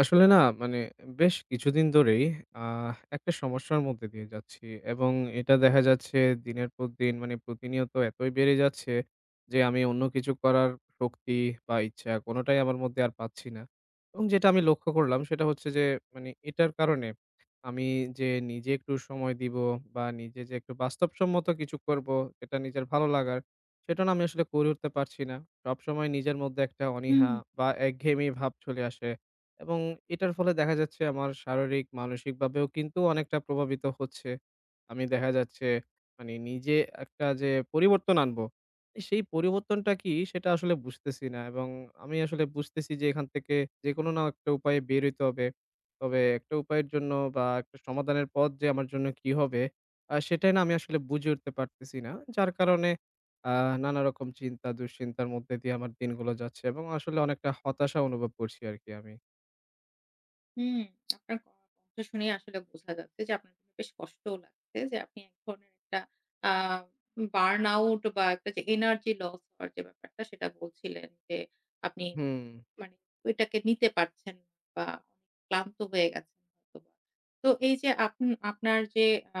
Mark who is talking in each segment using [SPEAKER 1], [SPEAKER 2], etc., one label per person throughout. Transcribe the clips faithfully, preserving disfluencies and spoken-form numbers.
[SPEAKER 1] আসলে না, মানে বেশ কিছুদিন ধরেই আহ, একটা সমস্যার মধ্যে দিয়ে যাচ্ছি এবং এটা দেখা যাচ্ছে দিনের পর দিন মানে প্রতিনিয়ত এতই বেড়ে যাচ্ছে যে আমি অন্য কিছু করার শক্তি বা ইচ্ছা কোনোটাই আমার মধ্যে আর পাচ্ছি না। এবং যেটা আমি লক্ষ্য করলাম সেটা হচ্ছে যে মানে এটার কারণে আমি যে নিজে একটু সময় দিব বা নিজে যে একটু বাস্তবসম্মত কিছু করব, এটা নিজের ভালো লাগার, সেটা না আমি আসলে করে উঠতে পারছি না। সবসময় নিজের মধ্যে একটা
[SPEAKER 2] হুম,
[SPEAKER 1] অনীহা বা একঘেয়েমি ভাব চলে আসে এবং এটার ফলে দেখা যাচ্ছে আমার শারীরিক, মানসিকভাবেও কিন্তু অনেকটা প্রভাবিত হচ্ছে। আমি দেখা যাচ্ছে মানে নিজে একটা যে পরিবর্তন আনবো, সেই পরিবর্তনটা কি সেটা আসলে বুঝতেছি না এবং আমি আসলে বুঝতেছি যে এখান থেকে যেকোনো না একটা উপায়ে বের হইতে হবে। তবে একটা উপায়ের জন্য বা একটা সমাধানের পথ যে আমার জন্য কি হবে, আ সেটাই না আমি আসলে বুঝে উঠতে পারতেছি না। যার কারণে আ নানারকম চিন্তা, দুশ্চিন্তার মধ্যে দিয়ে আমার দিনগুলো যাচ্ছে এবং আসলে অনেকটা হতাশা অনুভব করছি আরকি আমি।
[SPEAKER 2] হুম। আপনার কণ্ঠ শুনেই আসলে বোঝা যাচ্ছে যে আপনার কিন্তু বেশ কষ্টও লাগছে, যে আপনি এক ধরনের একটা আ বার্ন আউট বা একটা যে এনার্জি লস হওয়ার যে ব্যাপারটা সেটা বলছিলেন, যে আপনি
[SPEAKER 1] হুম।
[SPEAKER 2] মানে ওইটাকে নিতে পারছেন না বা ক্লান্ত হয়ে গেছেন হয়তোবা। তো এই যে আপন আপনার যে আ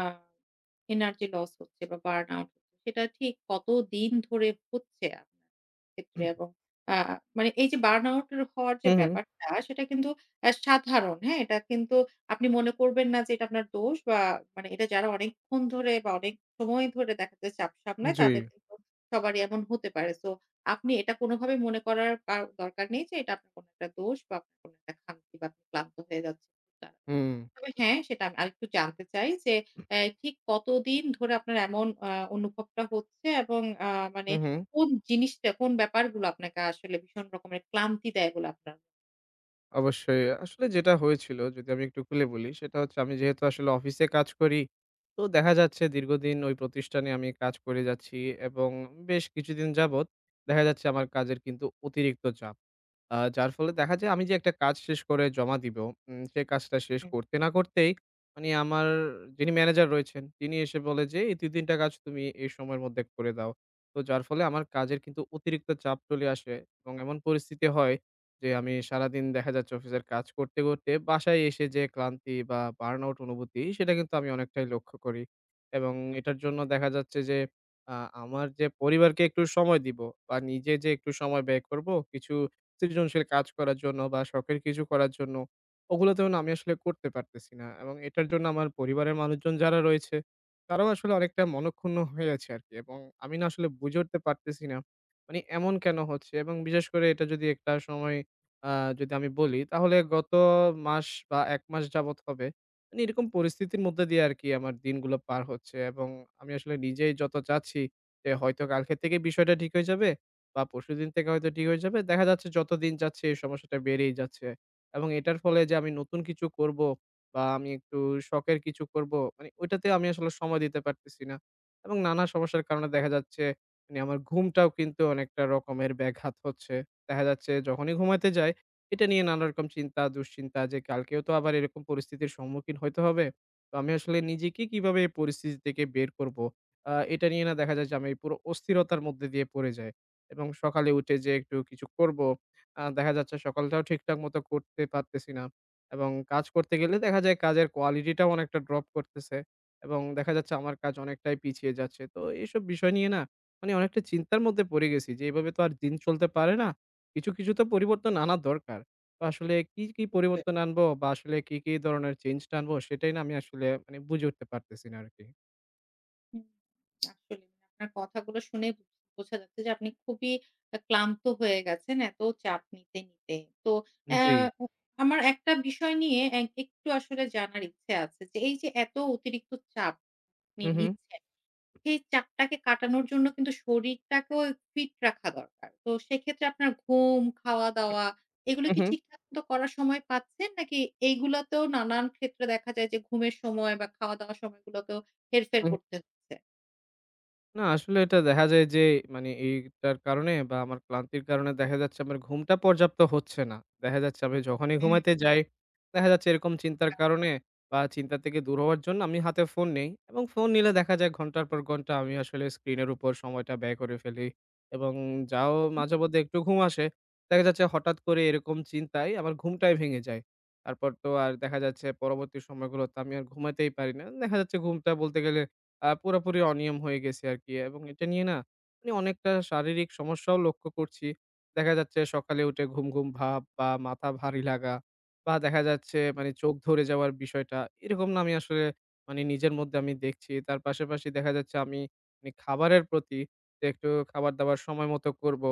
[SPEAKER 2] এনার্জি লস হচ্ছে বা বার্ন আউট হচ্ছে, সেটা ঠিক কতদিন ধরে হচ্ছে আপনার ক্ষেত্রে? এবং আ মানে এই যে বার্ন আউট হওয়ার যে
[SPEAKER 1] হু, হু।
[SPEAKER 2] ব্যাপারটা, সেটা কিন্তু আ সাধারণ, হ্যাঁ? এটা কিন্তু আপনি মনে করবেন না যে এটা আপনার দোষ বা মানে এটা, যারা অনেকক্ষণ ধরে বা অনেক সময় ধরে দেখা যায় চাপ সামলায়,
[SPEAKER 1] জি।
[SPEAKER 2] তাদের কিন্তু সবারই এমন হতে পারে। সো আপনি এটা কোনোভাবে মনে করার কার দরকার নেই যে এটা আপনার কোনো একটা দোষ বা আপনার কোনো একটা খামতি, বা আপনি ক্লান্ত হয়ে যাচ্ছেন খুব তাড়াতাড়ি।
[SPEAKER 1] হুম।
[SPEAKER 2] তবে হ্যাঁ, সেটা আমি আরেকটু জানতে চাই যে অ্যা ঠিক কতদিন ধরে আপনার এমন আ অনুভবটা হচ্ছে, এবং আ মানে
[SPEAKER 1] হু, হু।
[SPEAKER 2] কোন জিনিসটা, কোন ব্যাপারগুলো আপনাকে আসলে ভীষণ রকমের ক্লান্তি দেয় বলে আপনার।
[SPEAKER 1] অবশ্যই। আসলে যেটা হয়েছিল যদি আমি একটু খুলে বলি সেটা হচ্ছে, আমি যেহেতু আসলে অফিসে কাজ করি, তো দেখা যাচ্ছে দীর্ঘদিন ওই প্রতিষ্ঠানে আমি কাজ করে যাচ্ছি এবং বেশ কিছুদিন যাবৎ দেখা যাচ্ছে আমার কাজের কিন্তু অতিরিক্ত চাপ। আ যার ফলে দেখা যায় আমি যে একটা কাজ শেষ করে জমা দিব, উম সেই কাজটা শেষ
[SPEAKER 2] হুম।
[SPEAKER 1] করতে না করতেই মানে আমার যিনি ম্যানেজার রয়েছেন তিনি এসে বলে যে, "এই দুই তিন টা কাজ তুমি এই সময়ের মধ্যে করে দাও।" তো যার ফলে আমার কাজের কিন্তু অতিরিক্ত চাপ চলে আসে এবং এমন পরিস্থিতি হয় যে আমি সারাদিন দেখা যাচ্ছে অফিসের কাজ করতে, করতে বাসায় এসে যে ক্লান্তি বা বার্ন আউট অনুভূতি, সেটা কিন্তু আমি অনেকটাই লক্ষ্য করি। এবং এটার জন্য দেখা যাচ্ছে যে আ আমার যে পরিবারকে একটু সময় দিব বা নিজে যে একটু সময় ব্যয় করব কিছু সৃজনশীল কাজ করার জন্য বা শখের কিছু করার জন্য, ওগুলোতেও না আমি আসলে করতে পারতেছি না এবং এটার জন্য আমার পরিবারের মানুষজন যারা রয়েছে তারাও আসলে অনেকটা মনক্ষুণ্ণ হয়ে আছে আর কি। এবং আমি না আসলে বুঝে উঠতে পারতেছি না মানে এমন কেন হচ্ছে। এবং বিশেষ করে এটা যদি একটা সময় আহ, যদি আমি বলি তাহলে গত মাস বা এক মাস যাবত হবে মানে এরকম পরিস্থিতির মধ্যে দিয়ে আর কি আমার দিনগুলো পার হচ্ছে। এবং আমি আসলে নিজেই যত চাচ্ছি যে হয়তো কালকে থেকে বিষয়টা ঠিক হয়ে যাবে বা পরশুদিন থেকে হয়তো ঠিক হয়ে যাবে। দেখা যাচ্ছে যত দিন যাচ্ছে এই সমস্যাটা বেড়েই যাচ্ছে। এবং এটার ফলে যে আমি নতুন কিছু করব বা আমি একটু শখের কিছু করব, মানে ওইটাতে আমি আসলে সময় দিতে পারতেছি না। এবং নানা সমস্যার কারণে দেখা যাচ্ছে মানে আমার ঘুমটাও কিন্তু অনেকটা রকমের ব্যাঘাত হচ্ছে। দেখা যাচ্ছে যখনই ঘুমাতে যাই, এটা নিয়ে নানা রকম চিন্তা, দুশ্চিন্তা যে কালকেও তো আবার এরকম পরিস্থিতির সম্মুখীন হইতে হবে। তো আমি আসলে নিজেকে কিভাবে এই পরিস্থিতি থেকে বের করব? আ এটা নিয়ে না দেখা যায় যে আমি পুরো অস্থিরতার মধ্যে দিয়ে পড়ে যাই। এবং সকালে উঠে যে একটু কিছু করব, আ দেখা যাচ্ছে সকালটাও ঠিকঠাক মতো করতে পারতেছি না। এবং কাজ করতে গেলে দেখা যায় কাজের কোয়ালিটিটাও অনেকটা ড্রপ করতেছে এবং দেখা যাচ্ছে আমার কাজ অনেকটাই পিছিয়ে যাচ্ছে। তো এইসব বিষয় নিয়ে না মানে অনেকটা চিন্তার মধ্যে পড়ে গেছি যে এভাবে তো আর দিন চলতে পারে না। কিছু, কিছু তো পরিবর্তন আনা দরকার। তো আসলে কি, কি পরিবর্তন আনবো বা আসলে কি, কি ধরনের চেঞ্জটা আনবো সেটাই না আমি আসলে মানে বুঝে উঠতে পারতেছি না আরকি।
[SPEAKER 2] হুম, আসলেই মানে আপনার কথাগুলো শুনে বুঝ- বোঝা যাচ্ছে যে আপনি খুবই আ ক্লান্ত হয়ে গেছেন এত চাপ নিতে, নিতে। তো অ্যা
[SPEAKER 1] জি।
[SPEAKER 2] আমার একটা বিষয় নিয়ে এক একটু আসলে জানার ইচ্ছে আছে, যে এই যে এত অতিরিক্ত চাপ আপনি
[SPEAKER 1] হু, হু।
[SPEAKER 2] নিচ্ছেন, সেই চাপটাকে কাটানোর জন্য কিন্তু শরীরটাকেও ফিট রাখা দরকার। তো সেক্ষেত্রে আপনার ঘুম, খাওয়া-দাওয়া, এগুলো
[SPEAKER 1] হু,
[SPEAKER 2] কি
[SPEAKER 1] হু।
[SPEAKER 2] ঠিকঠাক মতো করার সময় পাচ্ছেন? নাকি এইগুলাতেও নানান ক্ষেত্রে দেখা যায় যে ঘুমের সময় বা খাওয়া-দাওয়ার সময়গুলোতেও হেরফের করতে হচ্ছে?
[SPEAKER 1] না, আসলে এটা দেখা যায় যে মানে এইটার কারণে বা আমার ক্লান্তির কারণে দেখা যাচ্ছে আমার ঘুমটা পর্যাপ্ত হচ্ছে না। দেখা যাচ্ছে আমি যখনই
[SPEAKER 2] হুম,
[SPEAKER 1] ঘুমাতে যাই, দেখা যাচ্ছে এরকম চিন্তার কারণে বা চিন্তা থেকে দূর হওয়ার জন্য আমি হাতে ফোন নেই এবং ফোন নিলে দেখা যায় ঘন্টার পর ঘন্টা আমি আসলে স্ক্রিনের উপর সময়টা ব্যয় করে ফেলি। এবং যাও মাঝেমধ্যে একটু ঘুম আসে, দেখা যাচ্ছে হঠাৎ করে এরকম চিন্তায় আমার ঘুমটাই ভেঙে যায়। তারপর তো আর দেখা যাচ্ছে পরবর্তী সময়গুলোতে আমি আর ঘুমাতেই পারি না। দেখা যাচ্ছে ঘুমটা বলতে গেলে আ পুরাপুরি অনিয়ম হয়ে গেছে আরকি। এবং এটা নিয়ে না মানে অনেকটা শারীরিক সমস্যাও লক্ষ্য করছি। দেখা যাচ্ছে সকালে উঠে ঘুম, ঘুম ভাব বা মাথা ভারী লাগা বা দেখা যাচ্ছে মানে চোখ ধরে যাওয়ার বিষয়টা, এরকম না আমি আসলে মানে নিজের মধ্যে আমি দেখছি। তার পাশাপাশি দেখা যাচ্ছে আমি মানে খাবারের প্রতি যে একটু খাবার-দাবার সময় মতো করবো,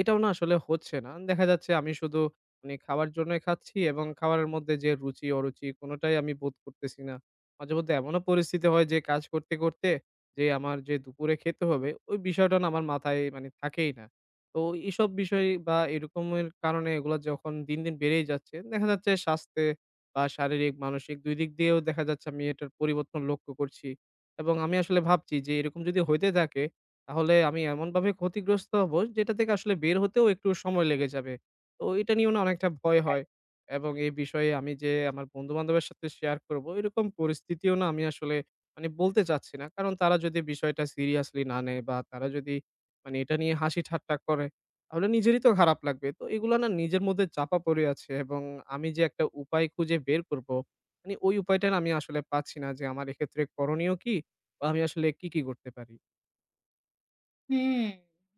[SPEAKER 1] এটাও না আসলে হচ্ছে না। দেখা যাচ্ছে আমি শুধু মানে খাওয়ার জন্যই খাচ্ছি এবং খাবারের মধ্যে যে রুচি, অরুচি কোনোটাই আমি বোধ করতেছি না। মাঝে মধ্যে এমনও পরিস্থিতি হয় যে কাজ করতে, করতে যে আমার যে দুপুরে খেতে হবে ওই বিষয়টা না আমার মাথায় মানে থাকেই না। তো এসব বিষয় বা এরকমের কারণে এগুলা যখন দিন, দিন বেড়েই যাচ্ছে, দেখা যাচ্ছে স্বাস্থ্যে বা শারীরিক, মানসিক দুই দিক দিয়েও দেখা যাচ্ছে আমি এটার পরিবর্তন লক্ষ্য করছি। এবং আমি আসলে ভাবছি যে এরকম যদি হইতে থাকে তাহলে আমি এমনভাবে ক্ষতিগ্রস্ত হব যেটা থেকে আসলে বের হতেও একটু সময় লেগে যাবে। তো এটা নিয়েও না অনেকটা ভয় হয়। এবং এই বিষয়ে আমি যে আমার বন্ধু-বান্ধবের সাথে শেয়ার করব, এরকম পরিস্থিতিও না আমি আসলে মানে বলতে চাচ্ছি না। কারণ তারা যদি বিষয়টা সিরিয়াসলি না নেয় বা তারা যদি মানে এটা নিয়ে হাসি ঠাট্টা করে, তাহলে নিজেরই তো খারাপ লাগবে। তো এগুলো না নিজের মধ্যে চাপা পড়ে আছে এবং আমি যে একটা উপায় খুঁজে বের করব, মানে ওই উপায়টা না আমি আসলে পাচ্ছি না যে আমার এক্ষেত্রে করণীয় কি? বা আমি আসলে কি, কি করতে পারি?
[SPEAKER 2] হুম,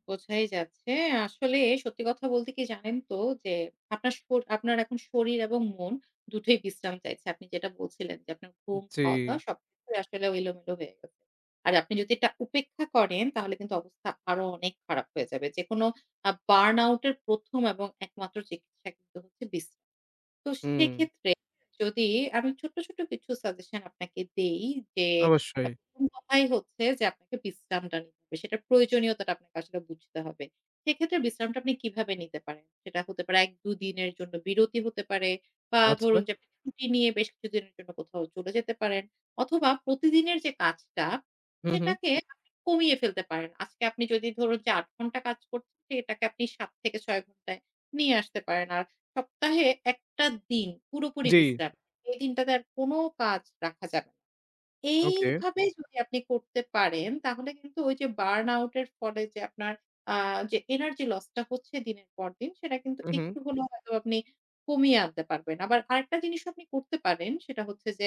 [SPEAKER 2] বোঝাই যাচ্ছে। আসলে সত্যি কথা বলতে কি জানেন তো, যে আপনার শর আপনার এখন শরীর এবং মন দুটোই বিশ্রাম চাইছে। আপনি যেটা বলছিলেন যে আপনার ঘুম,
[SPEAKER 1] জি,
[SPEAKER 2] খাওয়া-দাওয়া, সবকিছুই আসলে এলোমেলো হয়ে গেছে। আর আপনি যদি এটা উপেক্ষা করেন, তাহলে কিন্তু অবস্থা আরো অনেক খারাপ হয়ে যাবে। যেকোনো আ বার্ন আউট এর প্রথম এবং একমাত্র চিকিৎসা কিন্তু হচ্ছে বিশ্রাম। তো
[SPEAKER 1] হুম,
[SPEAKER 2] সেক্ষেত্রে, যদি আমি ছোট্ট, ছোট্ট কিছু সাজেশন আপনাকে দেই, যে আ
[SPEAKER 1] অবশ্যই।
[SPEAKER 2] প্রথম কথাই হচ্ছে যে আপনাকে বিশ্রামটা নিতে হবে। সেটার প্রয়োজনীয়তাটা আপনাকে আসলে বুঝতে হবে। সেক্ষেত্রে বিশ্রামটা আপনি কিভাবে নিতে পারেন? সেটা হতে পারে এক দুই দিনের জন্য বিরতি হতে পারে, বা
[SPEAKER 1] আচ্ছা,
[SPEAKER 2] ধরুন যে আপনি ছুটি নিয়ে বেশ কিছুদিনের জন্য কোথাও চলে যেতে পারেন। অথবা প্রতিদিনের যে কাজটা,
[SPEAKER 1] হুম, হুম,
[SPEAKER 2] সেটাকে আপনি কমিয়ে ফেলতে পারেন। আজকে আপনি যদি ধরুন যে আট ঘন্টা কাজ করছেন, সেটাকে আপনি সাত থেকে ছয় ঘন্টায় নিয়ে আসতে পারেন। আর সপ্তাহে একটা দিন পুরোপুরি
[SPEAKER 1] জি,
[SPEAKER 2] বিশ্রাম। এই দিনটাতে আর কোনো কাজ রাখা যাবে না।
[SPEAKER 1] ওকে,
[SPEAKER 2] এইভাবে যদি আপনি করতে পারেন, তাহলে কিন্তু ওই যে বার্ন আউট এর ফলে যে আপনার আ যে এনার্জি লস টা হচ্ছে দিনের পর দিন, সেটা কিন্তু
[SPEAKER 1] হুম, হুম,
[SPEAKER 2] একটু হলেও হয়তো আপনি কমিয়ে আনতে পারবেন। আবার আরেকটা জিনিসও আপনি করতে পারেন, সেটা হচ্ছে যে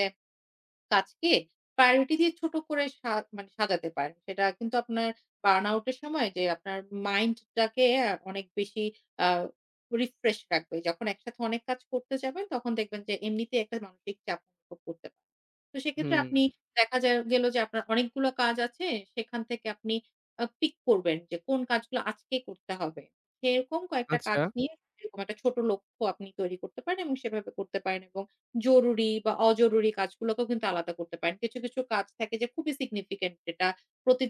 [SPEAKER 2] কাজকে প্রায়োরিটি দিয়ে ছোট করে সা মানে সাজাতে পারেন। সেটা কিন্তু আপনার বার্নআউট এর সময় যে আপনার মাইন্ডটাকে আ অনেক বেশি আ রিফ্রেশ রাখবে। যখন একসাথে অনেক কাজ করতে যাবেন, তখন দেখবেন যে এমনিতেই একটা মানসিক চাপ অনুভব করতে পারেন। তো সেক্ষেত্রে
[SPEAKER 1] হুম,
[SPEAKER 2] আপনি দেখা যা গেল যে আপনার অনেকগুলো কাজ আছে, সেখান থেকে আপনি আ পিক করবেন যে কোন কাজগুলো আজকেই করতে হবে। সেরকম কয়েকটা কাজ
[SPEAKER 1] আচ্ছা,
[SPEAKER 2] নিয়ে এরকম একটা ছোট লক্ষ্য আপনি তৈরি করতে পারেন এবং সেভাবে করতে পারেন, এবং জরুরি বা অজরুরি কাজগুলোকেও কিন্তু আলাদা করতে পারেন। কিছু, কিছু কাজ থাকে যে খুবই significant, যেটা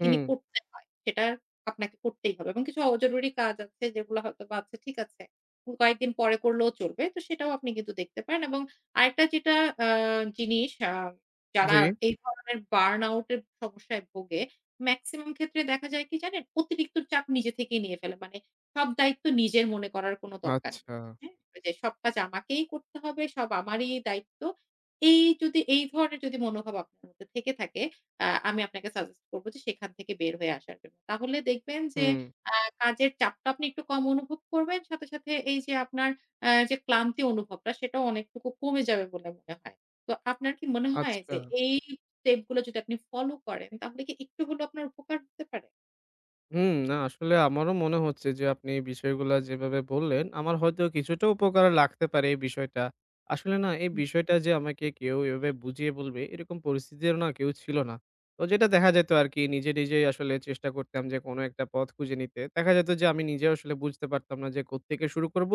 [SPEAKER 1] হুম।
[SPEAKER 2] করতে হয়। সেটা আপনাকে করতেই হবে, এবং কিছু অজরুরি কাজ আছে যেগুলো হয়তোবা, আচ্ছা, ঠিক আছে, কয়েকদিন পরে করলেও চলবে। তো সেটাও আপনি কিন্তু দেখতে পারেন। এবং আরেকটা যেটা আ জিনিস, আ যারা
[SPEAKER 1] জি,
[SPEAKER 2] এই ধরনের বার্নআউট এর সমস্যায় ভোগে, মেক্সিমাম ক্ষেত্রে দেখা যায় কি জানেন? অতিরিক্ত চাপ নিজে থেকেই নিয়ে ফেলে। মানে সব দায়িত্ব নিজের মনে করার কোনো দরকার নেই।
[SPEAKER 1] আচ্ছা।
[SPEAKER 2] হ্যাঁ? যে সব কাজ আমাকেই করতে হবে, সব আমারই দায়িত্ব। এই যদি এই ধরনের যদি মনোভাব আপনার মধ্যে থেকে থাকে, আ আমি আপনাকে সাজেস্ট করব যে সেখান থেকে বের হয়ে আসার জন্য। তাহলে দেখবেন যে
[SPEAKER 1] হুম,
[SPEAKER 2] আ কাজের চাপটা আপনি একটু কম অনুভব করবেন। সাথে, সাথে এই যে আপনার আ যে ক্লান্তি অনুভবটা, সেটাও অনেকটুকু কমে যাবে বলে মনে হয়। তো আপনার কি মনে হয় যে
[SPEAKER 1] আচ্ছা।
[SPEAKER 2] এই স্টেপ গুলো যদি আপনি ফলো করেন, তাহলে কি একটু হলেও আপনার উপকার হতে পারে?
[SPEAKER 1] হুম, না আসলে আমারও মনে হচ্ছে যে আপনি এই বিষয়গুলা যেভাবে বললেন, আমার হয়তো কিছুটা উপকারে লাগতে পারে এই বিষয়টা। আসলে না এই
[SPEAKER 2] হুম,
[SPEAKER 1] বিষয়টা যে আমাকে কেউ এভাবে বুঝিয়ে বলবে, এরকম পরিস্থিতিরও না কেউ ছিল না। তো যেটা দেখা যেত আরকি নিজে, নিজেই আসলে চেষ্টা করতাম যে কোনো একটা পথ খুঁজে নিতে। দেখা যেত যে আমি নিজেও আসলে বুঝতে পারতাম না যে কোত্থেকে শুরু করব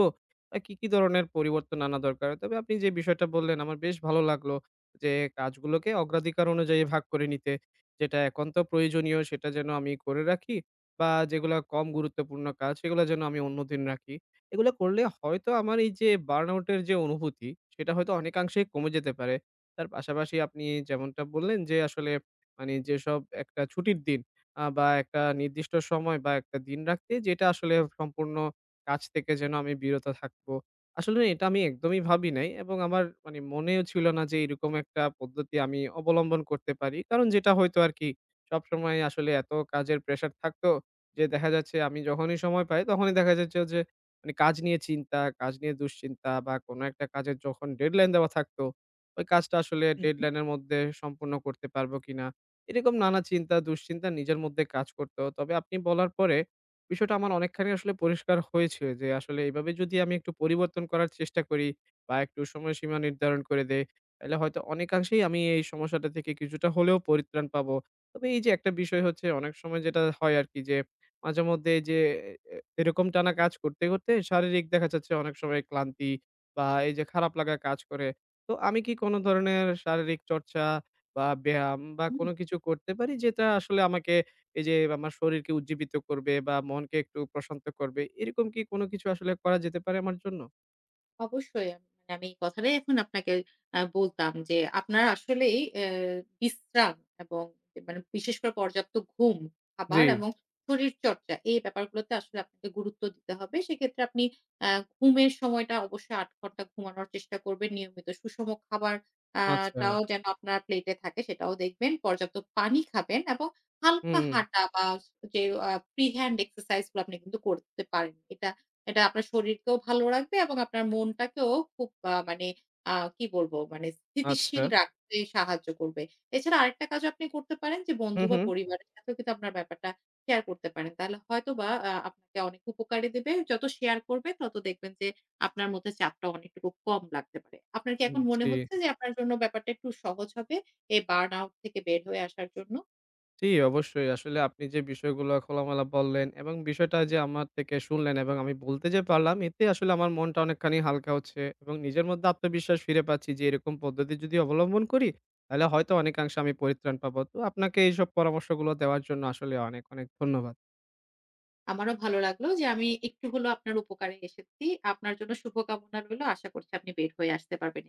[SPEAKER 1] বা কি, কি ধরনের পরিবর্তন আনা দরকার। তবে আপনি যে বিষয়টা বললেন আমার বেশ ভালো লাগলো যে কাজগুলোকে অগ্রাধিকার অনুযায়ী ভাগ করে নিতে। যেটা একান্ত প্রয়োজনীয় সেটা যেন আমি করে রাখি। বা যেগুলা কম গুরুত্বপূর্ণ কাজ সেগুলা যেন আমি অন্যদিন রাখি। এগুলো করলে হয়তো আমার এই যে বার্নআউট এর যে অনুভূতি সেটা হয়তো অনেকাংশেই কমে যেতে পারে। তার পাশাপাশি আপনি যেমনটা বললেন যে আসলে মানে যেসব একটা ছুটির দিন আ বা একটা নির্দিষ্ট সময় বা একটা দিন রাখতে যেটা আসলে সম্পূর্ণ কাজ থেকে যেন আমি বিরত থাকবো। আসলে এটা আমি একদমই ভাবি নাই এবং আমার মানে মনেও ছিল না যে এরকম একটা পদ্ধতি আমি অবলম্বন করতে পারি। কারণ যেটা হয়তো আরকি সবসময় আসলে এত কাজের প্রেশার থাকতো যে দেখা যাচ্ছে আমি যখনই সময় পাই তখনই দেখা যাচ্ছে যে মানে কাজ নিয়ে চিন্তা, কাজ নিয়ে দুশ্চিন্তা বা কোনো একটা কাজের যখন ডেডলাইন দেওয়া থাকতো, ওই কাজটা আসলে
[SPEAKER 2] হুম।
[SPEAKER 1] ডেডলাইন এর মধ্যে সম্পূর্ণ করতে পারবো কিনা? এরকম নানা চিন্তা, দুশ্চিন্তা নিজের মধ্যে কাজ করতো। তবে আপনি বলার পরে বিষয়টা আমার অনেকখানি আসলে পরিষ্কার হয়েছে যে আসলে এভাবে যদি আমি একটু পরিবর্তন করার চেষ্টা করি বা একটু সময়সীমা নির্ধারণ করে দেই, তাহলে হয়তো অনেকাংশেই আমি এই সমস্যাটা থেকে কিছুটা হলেও পরিত্রাণ পাবো। তবে এই যে একটা বিষয় হচ্ছে অনেক সময় যেটা হয় আরকি যে মাঝে মধ্যে এই যে এ এরকম টানা কাজ করতে, করতে শারীরিক দেখা যাচ্ছে অনেক সময় ক্লান্তি বা এই যে খারাপ লাগা কাজ করে। তো আমি কি কোনো ধরনের শারীরিক চর্চা বা ব্যায়াম বা
[SPEAKER 2] হুম।
[SPEAKER 1] কোনো কিছু করতে পারি যেটা আসলে আমাকে এই যে আমার শরীরকে উজ্জীবিত করবে বা মনকে একটু প্রশান্ত করবে? এরকম কি কোনো কিছু আসলে করা যেতে পারে আমার জন্য?
[SPEAKER 2] অবশ্যই। আম মানে আমি এই কথাটাই এখন আপনাকে আ বলতাম, যে আপনার আসলেই অ্যা বিশ্রাম এবং এ মানে বিশেষ করে পর্যাপ্ত ঘুম,
[SPEAKER 1] জি,
[SPEAKER 2] খাবার এবং শরীরচর্চা, এই ব্যাপারগুলোতে আসলে আপনাকে গুরুত্ব দিতে হবে। সেক্ষেত্রে আপনি অ্যা ঘুমের সময়টা অবশ্যই আট ঘন্টা ঘুমানোর চেষ্টা করবেন। নিয়মিত সুষম খাবার আ
[SPEAKER 1] আচ্ছা।
[SPEAKER 2] টাও যেন আপনার প্লেটে থাকে, সেটাও দেখবেন। পর্যাপ্ত পানি খাবেন, এবং হালকা
[SPEAKER 1] হুম,
[SPEAKER 2] হাঁটা বা যে আ ফ্রি হ্যান্ড এক্সারসাইজ গুলো আপনি কিন্তু করতে পারেন। এটা এটা আপনার শরীরকেও ভালো রাখবে এবং আপনার মনটাকেও খুব আ মানে আ কি বলবো? মানে
[SPEAKER 1] আচ্ছা।
[SPEAKER 2] স্থিতিশীল রাখতে সাহায্য করবে। এছাড়া আরেকটা কাজ আপনি করতে পারেন, যে
[SPEAKER 1] হু,
[SPEAKER 2] বন্ধু বা
[SPEAKER 1] হু।
[SPEAKER 2] পরিবারের সাথেও কিন্তু আপনার ব্যাপারটা শেয়ার করতে পারেন। তাহলে হয়তোবা আ আপনাকে অনেক উপকারে দেবে। যত শেয়ার করবে তত দেখবেন যে আপনার মধ্যে চাপটা অনেকটুকু কম লাগতে পারে। আপনার কি এখন মনে
[SPEAKER 1] জি।
[SPEAKER 2] হচ্ছে যে আপনার জন্য ব্যাপারটা একটু সহজ হবে এই বার্ন আউট থেকে বের হয়ে আসার জন্য?
[SPEAKER 1] জি, অবশ্যই। আসলে আপনি যে বিষয়গুলো খোলামেলা বললেন এবং বিষয়টা যে আমার থেকে শুনলেন এবং আমি বলতে যে পারলাম, এতে আসলে আমার মনটা অনেকখানি হালকা হচ্ছে এবং নিজের মধ্যে আত্মবিশ্বাস ফিরে পাচ্ছি যে এরকম পদ্ধতি যদি অবলম্বন করি, তাহলে হয়তো অনেকাংশে আমি পরিত্রাণ পাবো। তো আপনাকে এইসব পরামর্শগুলো দেওয়ার জন্য আসলে অনেক, অনেক ধন্যবাদ।
[SPEAKER 2] আমারও ভালো লাগলো যে আমি একটু হলেও আপনার উপকারে এসেছি। আপনার জন্য শুভকামনা রইলো। আশা করছি আপনি বের হয়ে আসতে পারবেন।